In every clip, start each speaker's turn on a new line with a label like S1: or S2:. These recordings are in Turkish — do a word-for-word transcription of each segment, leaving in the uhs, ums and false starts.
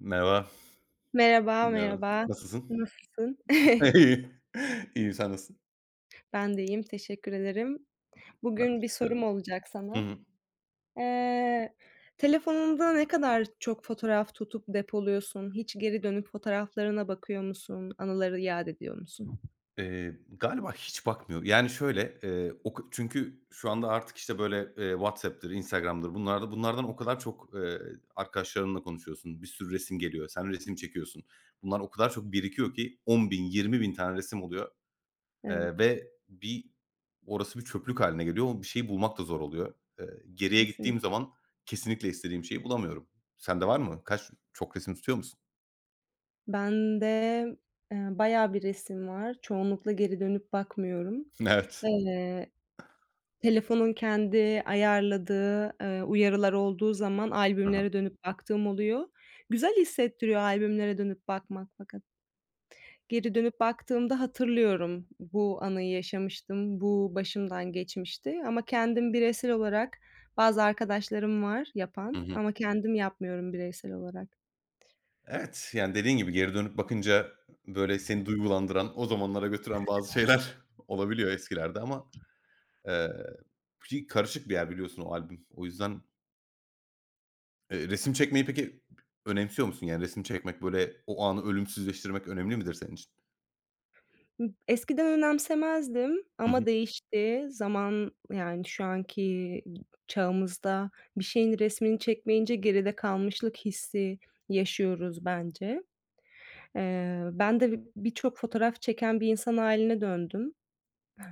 S1: Merhaba.
S2: Merhaba,
S1: Merhaba.
S2: merhaba.
S1: Nasılsın?
S2: Nasılsın?
S1: İyi. İyiyim, sen nasılsın?
S2: Ben de iyiyim, teşekkür ederim.
S1: Ben de
S2: Bugün bir
S1: teşekkür
S2: sorum
S1: ederim.
S2: olacak
S1: Hı
S2: sana.
S1: hı.
S2: Eee, Telefonunda ne kadar çok fotoğraf tutup depoluyorsun? Hiç geri dönüp fotoğraflarına bakıyor musun? Anıları yad ediyor musun?
S1: Eee, galiba hiç bakmıyor. Yani şöyle, eee, o ka çünkü şu anda artık, işte, böyle, eee, WhatsApp'tır, Instagram'dır bunlarda bunlardan o kadar çok, eee, arkadaşlarınla konuşuyorsun, bir sürü resim geliyor, sen resim çekiyorsun. Bunlar o kadar çok birikiyor ki on bin, bin tane resim oluyor. Eee,
S2: Evet,
S1: ve bir orası bir çöplük haline geliyor. O bir şeyi bulmak da zor oluyor. Eee, geriye
S2: kesin.
S1: gittiğim zaman kesinlikle istediğim şeyi bulamıyorum. Sende var mı? Kaç çok resim tutuyor musun?
S2: Bende, eee, bayağı bir resim var. Çoğunlukla geri dönüp bakmıyorum.
S1: Evet.
S2: Eee Telefonun kendi ayarladığı, eee, uyarılar olduğu zaman
S1: Hı hı.
S2: albümlere dönüp baktığım oluyor. Güzel hissettiriyor albümlere dönüp bakmak fakat. Geri dönüp baktığımda hatırlıyorum, bu anıyı yaşamıştım, bu başımdan geçmişti ama kendim bireysel olarak bazı arkadaşlarım var yapan
S1: Hı.
S2: ama kendim yapmıyorum bireysel olarak.
S1: Evet, yani, dediğin gibi geri dönüp bakınca, böyle, seni duygulandıran, o zamanlara götüren bazı şeyler olabiliyor eskilerde ama, eee, ki karışık bir yer biliyorsun o albüm. O yüzden, eee, resim çekmeyi peki önemsiyor musun? Yani resim çekmek, böyle, o anı ölümsüzleştirmek önemli midir senin için?
S2: Hıh. Eskiden önemsemezdim
S1: Hı hı.
S2: ama değişti. Zaman, yani, şu anki çağımızda bir şeyin resmini çekmeyince geride kalmışlık hissi yaşıyoruz bence. Eee, ben de bi birçok fotoğraf çeken bir insan hâline döndüm.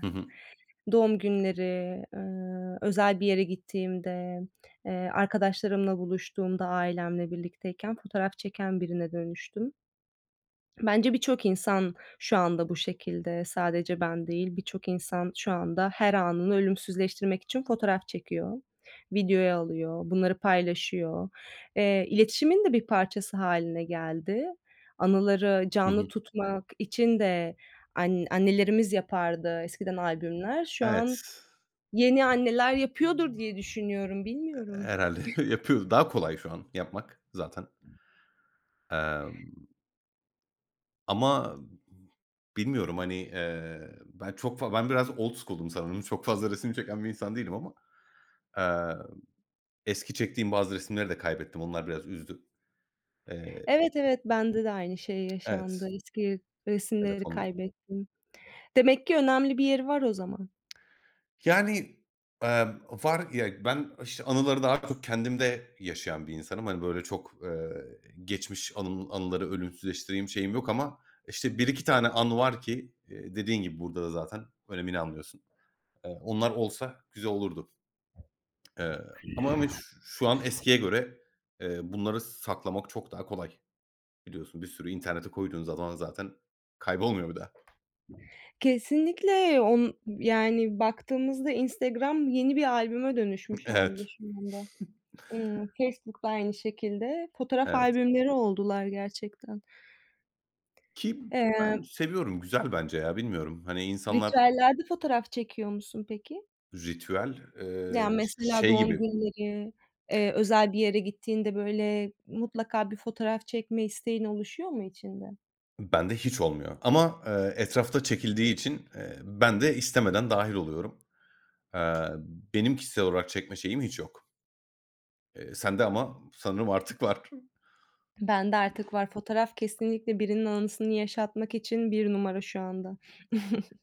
S1: Hı hı.
S2: Doğum günleri, eee, özel bir yere gittiğimde, eee, arkadaşlarımla buluştuğumda ailemle birlikteyken fotoğraf çeken birine dönüştüm. Bence birçok insan şu anda bu şekilde, sadece ben değil, birçok insan şu anda her anını ölümsüzleştirmek için fotoğraf çekiyor, videoya alıyor, bunları paylaşıyor. Eee, iletişimin de bir parçası haline geldi. Anıları
S1: Hı hı.
S2: canlı tutmak için de an annelerimiz yapardı eskiden albümler. Şu an
S1: Evet,
S2: yeni anneler yapıyordur diye düşünüyorum, bilmiyorum.
S1: herhâlde yapıyoruz. Daha kolay şu an yapmak zaten. Emm, ama Bilmiyorum, hani, eee, ben çok fa ben biraz old school'um sanırım. Çok fazla resim çeken bir insan değilim ama, eee, eski çektiğim bazı resimleri de kaybettim. Onlar biraz üzdü. Eee
S2: Evet, evet, bende de aynı şey yaşandı.
S1: Evet,
S2: Eski resimleri
S1: telefon.
S2: kaybettim. Demek ki önemli bir yeri var o zaman.
S1: Yani, emm, var ya, ben, işte, anıları daha çok kendimde yaşayan bir insanım. Hani, böyle, çok, eee, geçmiş anım anıları ölümsüzleştireyim şeyim yok ama, işte, bir iki tane anı var ki, eee, dediğin gibi burada da zaten önemini anlıyorsun. Eee, onlar olsa güzel olurdu. Eee, ama ama ş Şu an eskiye göre, eee, bunları saklamak çok daha kolay. Biliyorsun bir sürü internete koyduğun zaman zaten kaybolmuyor bir daha.
S2: Kesinlikle on yani baktığımızda Instagram yeni bir albüme dönüşmüş hâlde
S1: Evet,
S2: şu anda. Imm, Facebook da aynı şekilde. Fotoğraf
S1: evet.
S2: albümleri oldular gerçekten.
S1: Ki ben
S2: Eee,
S1: seviyorum, güzel bence ya, bilmiyorum. Hani, insanlar.
S2: ritüellerde fotoğraf çekiyor musun peki?
S1: Ritüel,
S2: Yani,
S1: eee,
S2: mesela
S1: şey
S2: doğum
S1: gibi,
S2: günleri, eee, özel bir yere gittiğinde, böyle, mutlaka bir fotoğraf çekme isteğin oluşuyor mu içinde?
S1: bende hiç olmuyor ama, eee, etrafta çekildiği için, eee, ben de istemeden dâhil oluyorum. Eee, Benim kişisel olarak çekme şeyim hiç yok. Eee, sende ama sanırım artık var.
S2: Bende artık var. Fotoğraf kesinlikle birinin anısını yaşatmak için bir numara şu anda.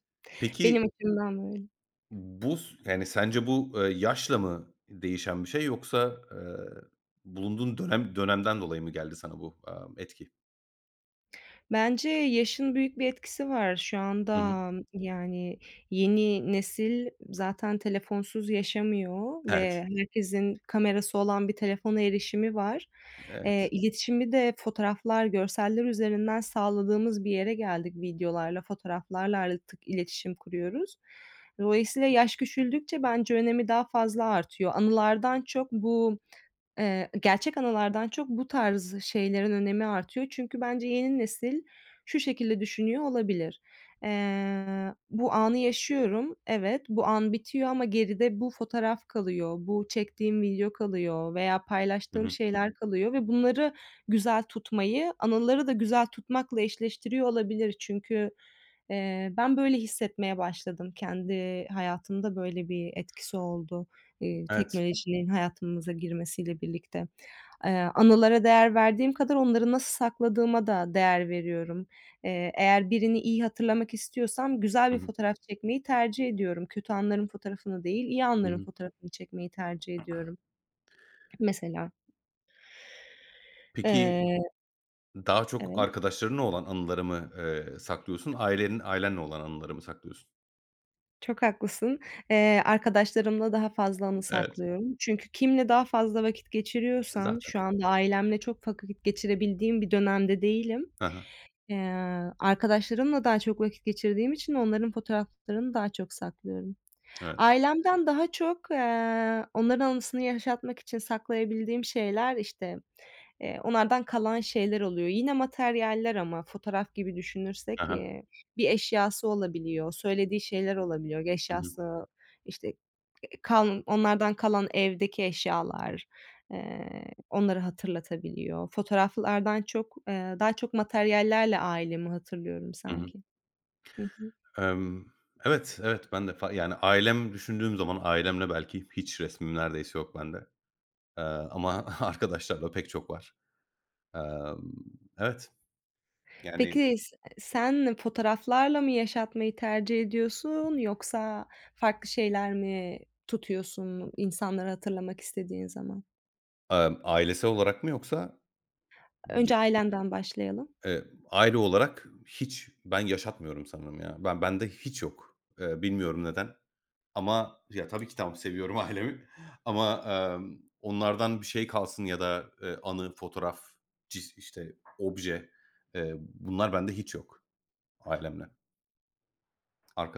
S2: Benim
S1: Peki,
S2: açımdan böyle.
S1: bu s yani, sence bu, eee, yaşla mı değişen bir şey yoksa, eee, bulunduğun dönem dönemden dolayı mı geldi sana bu, aaa, etki?
S2: Bence yaşın büyük bir etkisi var. Şu
S1: Hı hı.
S2: anda, yani, yeni nesil zaten telefonsuz yaşamıyor
S1: Evet,
S2: ve herkesin kamerası olan bir telefona erişimi var. Eee,
S1: evet.
S2: iletişimi de fotoğraflar, görseller üzerinden sağladığımız bir yere geldik. Videolarla, fotoğraflarla artık iletişim kuruyoruz. Dolayısıyla yaş küçüldükçe bence önemi daha fazla artıyor. Anılardan çok bu Eee, gerçek analardan çok bu tarz şeylerin önemi artıyor. Çünkü bence yeni nesil şu şekilde düşünüyor olabilir. Eee, bu anı yaşıyorum. Evet, bu an bitiyor ama geride bu fotoğraf kalıyor, bu çektiğim video kalıyor veya
S1: Hı
S2: paylaştığım
S1: hı.
S2: şeyler kalıyor ve bunları güzel tutmayı, anıları da güzel tutmakla eşleştiriyor olabilir. Çünkü, eee, ben böyle hissetmeye başladım. Kendi hayatımda böyle bir etkisi oldu. Eee,
S1: Evet.
S2: teknolojinin hayatımıza girmesiyle birlikte. Eee, anılara değer verdiğim kadar onları nasıl sakladığıma da değer veriyorum. Eee, eğer birini iyi hatırlamak istiyorsam güzel
S1: Hı
S2: bir
S1: hı.
S2: fotoğraf çekmeyi tercih ediyorum. Kötü anların fotoğrafını değil, iyi
S1: Hı
S2: anların
S1: hı.
S2: fotoğrafını çekmeyi tercih ediyorum mesela.
S1: Peki.
S2: Eee,
S1: Daha çok
S2: evet,
S1: arkadaşlarınla olan anıları mı, eee, saklıyorsun? Ailenin ailenle olan anıları mı saklıyorsun?
S2: çok haklısın. Eee, arkadaşlarımla daha fazla anı
S1: Evet,
S2: saklıyorum. Çünkü kimle daha fazla vakit geçiriyorsam
S1: zaten.
S2: şu anda ailemle çok vakit geçirebildiğim bir dönemde değilim.
S1: Hı hı.
S2: Eee, arkadaşlarımla daha çok vakit geçirdiğim için onların fotoğraflarını daha çok saklıyorum.
S1: Evet.
S2: Ailemden daha çok, eee, onların anısını yaşatmak için saklayabildiğim şeyler, işte, eee, onlardan kalan şeyler oluyor. Yine materyaller ama fotoğraf gibi
S1: Hı
S2: düşünürsek,
S1: hı.
S2: eee, bir eşyası olabiliyor, söylediği şeyler olabiliyor.
S1: Hı hı.
S2: Eşyası, işte Kal onlardan kalan evdeki eşyalar, eee, onları hatırlatabiliyor. Fotoğraflardan çok, eee, daha çok materyallerle ailemi hatırlıyorum
S1: Hı hı.
S2: sanki. Hı hı.
S1: Emm, evet, evet, ben de fa yani, ailem düşündüğüm zaman ailemle belki hiç resmim neredeyse yok bende. Eee, Ama arkadaşlarla pek çok var. Emm, evet, yani,
S2: Peki s sen fotoğraflarla mı yaşatmayı tercih ediyorsun yoksa farklı şeyler mi tutuyorsun insanları hatırlamak istediğin zaman?
S1: emm, ailesel olarak mı yoksa ge
S2: Önce ailenden başlayalım.
S1: eee, aile olarak hiç ben yaşatmıyorum sanırım ya. Ben bende hiç yok. Eee, bilmiyorum neden. Ama ya, tabii ki tamam, seviyorum ailemi ama, emm, onlardan bir şey kalsın ya da, eee, anı, fotoğraf, cis işte, obje, eee, bunlar bende hiç yok ailemle,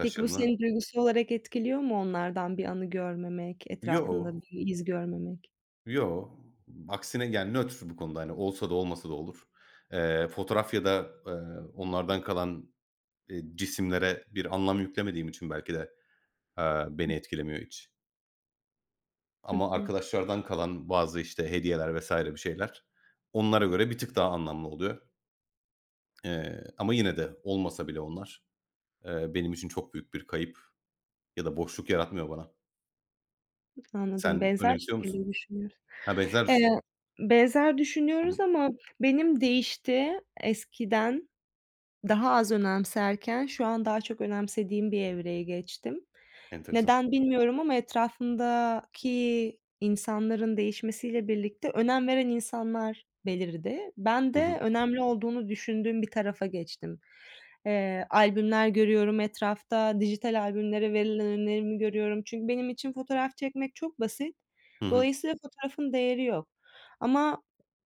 S2: Peki bu seni duygusal olarak etkiliyor mu onlardan bir anı görmemek, etrafında
S1: Yo,
S2: bir iz görmemek?
S1: yo. Aksine, yani, nötr bu konuda, hani, olsa da olmasa da olur. Eee, fotoğraf ya da, eee, onlardan kalan, eee, cisimlere bir anlam yüklemediğim için belki de, eee, beni etkilemiyor hiç.
S2: Hı
S1: Ama
S2: hı.
S1: arkadaşlardan kalan bazı, işte, hediyeler vesaire bir şeyler onlara göre bir tık daha anlamlı oluyor. Eee, ama yine de olmasa bile onlar, eee, benim için çok büyük bir kayıp ya da boşluk yaratmıyor bana.
S2: Anladım.
S1: Sen
S2: Benzer
S1: önemsiyor musun?
S2: şekilde düşünüyoruz.
S1: Ha, benzer düşün.
S2: Eee, benzer
S1: Hı hı.
S2: düşünüyoruz ama benim değişti. Eskiden, daha az önemserken şu an daha çok önemsediğim bir evreye geçtim.
S1: Enteresan.
S2: Neden bilmiyorum ama etrafımdaki insanların değişmesiyle birlikte önem veren insanlar belirdi. Ben
S1: Hı
S2: de
S1: hı.
S2: önemli olduğunu düşündüğüm bir tarafa geçtim. Eee, albümler görüyorum etrafta, dijital albümlere verilen önerimi görüyorum. Çünkü benim için fotoğraf çekmek çok basit.
S1: Hı hı.
S2: Dolayısıyla fotoğrafın değeri yok. Ama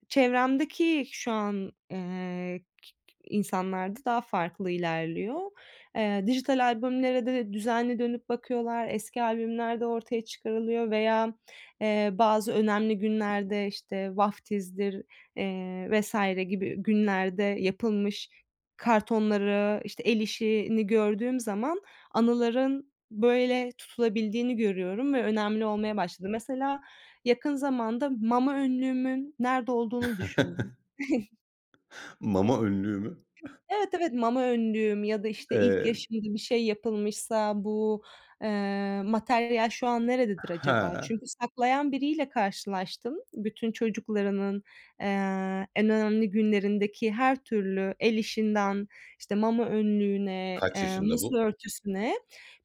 S2: çevremdeki şu an, eee insanlarda daha farklı ilerliyor. Eee, dijital albümlere de düzenli dönüp bakıyorlar. Eski albümler de ortaya çıkarılıyor veya, eee, bazı önemli günlerde, işte, vaftizdir, eee, vesaire gibi günlerde yapılmış kartonları, işte, el işini gördüğüm zaman anıların böyle tutulabildiğini görüyorum ve önemli olmaya başladı. Mesela yakın zamanda mama önlüğümün nerede olduğunu düşündüm.
S1: Mama önlüğü mü?
S2: Evet, evet, mama önlüğüm ya da, işte, ilk
S1: Eee,
S2: yaşımda bir şey yapılmışsa bu, eee, materyal şu an nerededir acaba?
S1: ha.
S2: Çünkü saklayan biriyle karşılaştım. Bütün çocuklarının, eee, en önemli günlerindeki her türlü el işinden, işte, mama önlüğüne,
S1: Kaç
S2: eee,
S1: yaşında bu?
S2: masa örtüsüne,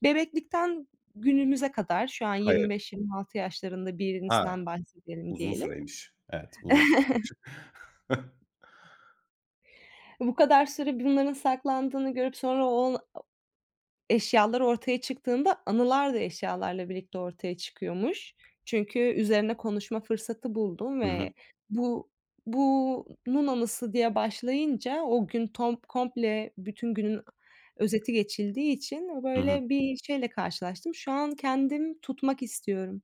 S2: bebeklikten günümüze kadar şu an
S1: Hayır.
S2: yirmi beş yirmi altı yaşlarında
S1: Ha,
S2: birisinden bahsedelim
S1: uzun
S2: diyelim.
S1: süreymiş. Evet, uzun süre.
S2: Bu kadar süre bunların saklandığını görüp sonra o Eşyalar ortaya çıktığında anılar da eşyalarla birlikte ortaya çıkıyormuş. Çünkü üzerine konuşma fırsatı buldum
S1: Hı hı.
S2: ve bu bunun anısı diye başlayınca o gün tom komple bütün günün özeti geçildiği için
S1: Hı hı.
S2: böyle bir şeyle karşılaştım. Şu an kendim tutmak istiyorum.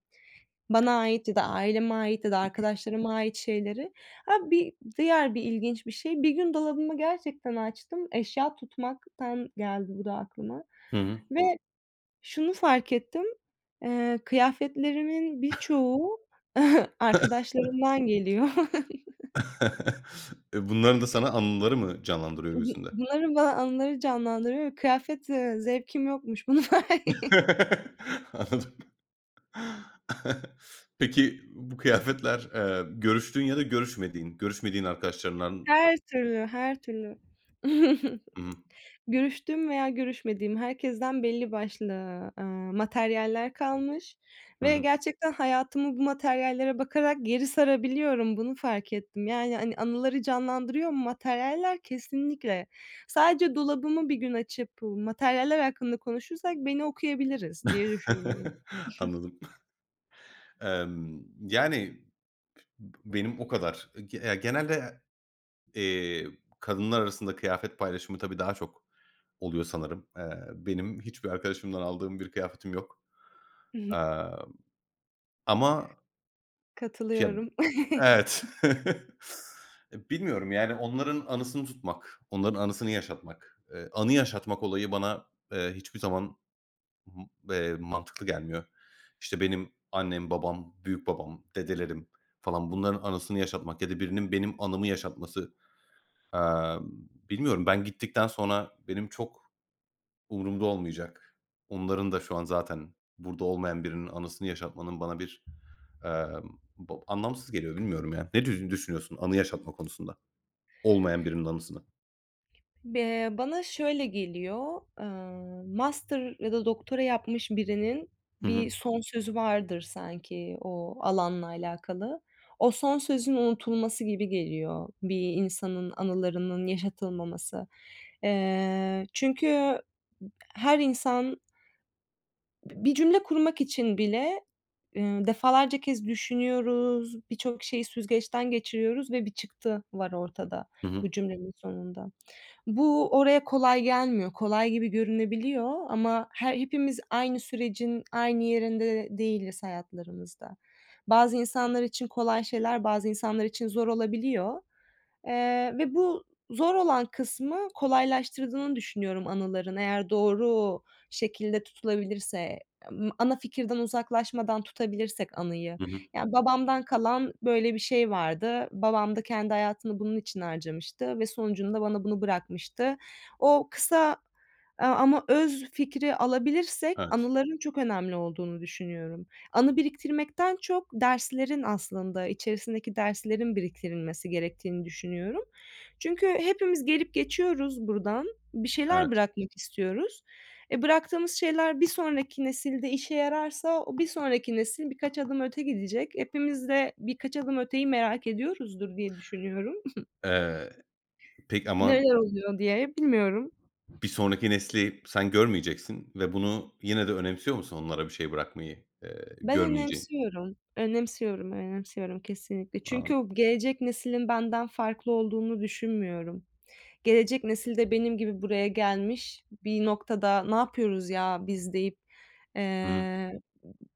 S2: Bana ait ya da aileme ait ya da arkadaşlarıma ait şeyleri. Ha, bir diğer bir ilginç bir şey, bir gün dolabımı gerçekten açtım, eşya tutmaktan geldi bu da aklıma
S1: Hı hı.
S2: ve şunu fark ettim, eee, kıyafetlerimin birçoğu arkadaşlarımdan geliyor.
S1: E, bunların da sana anıları mı canlandırıyor
S2: Bu
S1: gözünde?
S2: bunların bana anıları canlandırıyor ve kıyafet, eee, zevkim yokmuş. Bunu fark
S1: Anladım. Peki, bu kıyafetler, eee, görüştüğün ya da görüşmediğin, görüşmediğin arkadaşlarından.
S2: Her türlü, her türlü.
S1: Hı hı.
S2: Görüştüğüm veya görüşmediğim herkesten belli başlı, eee, materyaller kalmış
S1: Hı
S2: ve
S1: hı.
S2: gerçekten hayatımı bu materyallere bakarak geri sarabiliyorum. Bunu fark ettim. Yani, hani, anıları canlandırıyor mu materyaller? Kesinlikle. Sadece dolabımı bir gün açıp, materyaller hakkında konuşursak beni okuyabiliriz diye düşünüyorum.
S1: Anladım. Emm, yani, benim o kadar. Ge ya, genelde, eee, kadınlar arasında kıyafet paylaşımı tabii daha çok oluyor sanırım. Eee, benim hiçbir arkadaşımdan aldığım bir kıyafetim yok. Eee, ama ya.
S2: Katılıyorum.
S1: Evet. E, bilmiyorum, yani, onların anısını tutmak, onların anısını yaşatmak, eee, anı yaşatmak olayı bana, eee, hiçbir zaman m eee, mantıklı gelmiyor. İşte, benim annem, babam, büyük babam, dedelerim falan bunların anısını yaşatmak ya da birinin benim anımı yaşatması, emm, bilmiyorum ben gittikten sonra benim çok. Umurumda olmayacak. Onların da şu an zaten burada olmayan birinin anısını yaşatmanın bana bir, emm, bo anlamsız geliyor bilmiyorum ya. Ne dü düşünüyorsun anı yaşatma konusunda? Olmayan birinin anısını.
S2: Eee, bana şöyle geliyor, eee, master ya da doktora yapmış birinin
S1: Hı hı.
S2: bir son sözü vardır sanki o alanla alakalı. O son sözün unutulması gibi geliyor bir insanın anılarının yaşatılmaması. Eee, çünkü her insan bir cümle kurmak için bile, eee, defalarca kez düşünüyoruz, birçok şeyi süzgeçten geçiriyoruz ve bir çıktı var ortada
S1: Hı hı.
S2: bu cümlenin sonunda. Bu oraya kolay gelmiyor. Kolay gibi görünebiliyor ama her hepimiz aynı sürecin aynı yerinde değiliz hayatlarımızda. Bazı insanlar için kolay şeyler, bazı insanlar için zor olabiliyor, eee, ve bu zor olan kısmı kolaylaştırdığını düşünüyorum anıların eğer doğru şekilde tutulabilirse, emm, ana fikirden uzaklaşmadan tutabilirsek anıyı.
S1: Hı hı.
S2: Yani, babamdan kalan böyle bir şey vardı. Babam da kendi hayatını bunun için harcamıştı ve sonucunda bana bunu bırakmıştı. O kısa, eee, ama öz fikri alabilirsek
S1: Evet,
S2: anıların çok önemli olduğunu düşünüyorum. Anı biriktirmekten çok derslerin aslında, içerisindeki derslerin biriktirilmesi gerektiğini düşünüyorum. Çünkü hepimiz gelip geçiyoruz buradan, bir şeyler
S1: evet.
S2: bırakmak istiyoruz e, bıraktığımız şeyler bir sonraki nesilde işe yararsa o bir sonraki nesil birkaç adım öte gidecek. Hepimiz de birkaç adım öteyi merak ediyoruzdur diye düşünüyorum.
S1: Eee, peki ama
S2: Neler oluyor diye bilmiyorum.
S1: bir sonraki nesli sen görmeyeceksin ve bunu yine de önemsiyor musun onlara bir şey bırakmayı, eee,
S2: Ben
S1: görmeyeceğin?
S2: önemsiyorum. Önemsiyorum, önemsiyorum kesinlikle. Çünkü
S1: Anladım.
S2: o gelecek neslin benden farklı olduğunu düşünmüyorum. Gelecek nesil de benim gibi buraya gelmiş, bir noktada "Ne yapıyoruz ya biz?" deyip,
S1: Hı hı.
S2: eee,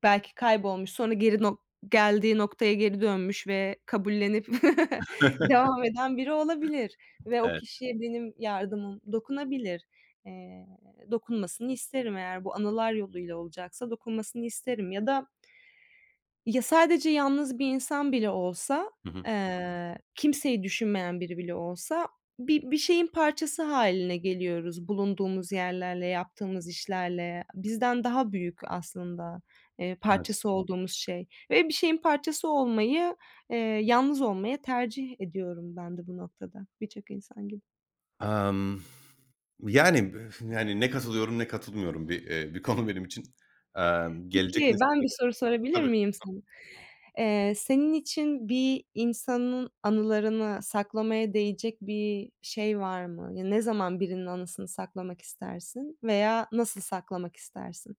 S2: belki kaybolmuş, sonra geri nok geldiği noktaya geri dönmüş ve kabullenip devam eden biri olabilir ve o
S1: Evet.
S2: kişiye benim yardımım dokunabilir. Eee, dokunmasını isterim eğer bu anılar yoluyla olacaksa dokunmasını isterim ya da ya, sadece yalnız bir insan bile olsa,
S1: Hı hı.
S2: eee, kimseyi düşünmeyen biri bile olsa bir bir şeyin parçası hâline geliyoruz bulunduğumuz yerlerle, yaptığımız işlerle. Bizden daha büyük aslında, eee,
S1: Evet.
S2: parçası olduğumuz şey ve bir şeyin parçası olmayı, eee, yalnız olmaya tercih ediyorum ben de bu noktada birçok insan gibi.
S1: Emm, Yani, yani, ne katılıyorum ne katılmıyorum bir, eee, bir konu benim için. Emm, gelecek
S2: Peki, ben bir
S1: nesillere.
S2: soru sorabilir
S1: Tabii.
S2: miyim sana? Eee, senin için bir insanın anılarını saklamaya değecek bir şey var mı? Ya, ne zaman birinin anısını saklamak istersin veya nasıl saklamak istersin?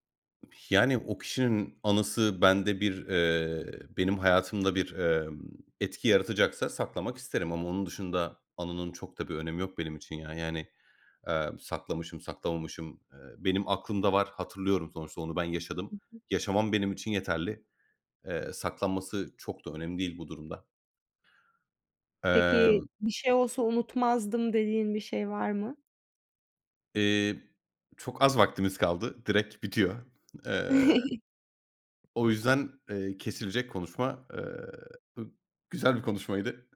S1: Yani, o kişinin anısı bende bir, eee, benim hayatımda bir, emm, etki yaratacaksa saklamak isterim ama onun dışında anının çok da bir önemi yok benim için ya. Yani, eee, saklamışım, saklamamışım, eee, benim aklımda var, hatırlıyorum sonuçta onu ben yaşadım. Yaşamam benim için yeterli. Eee, saklanması çok da önemli değil bu durumda.
S2: Peki,
S1: Emm
S2: bir şey olsa unutmazdım dediğin bir şey var mı?
S1: Eee, Çok az vaktimiz kaldı. Direkt bitiyor. Eee, O yüzden, eee, kesilecek konuşma. Eee, ı Güzel bir konuşmaydı.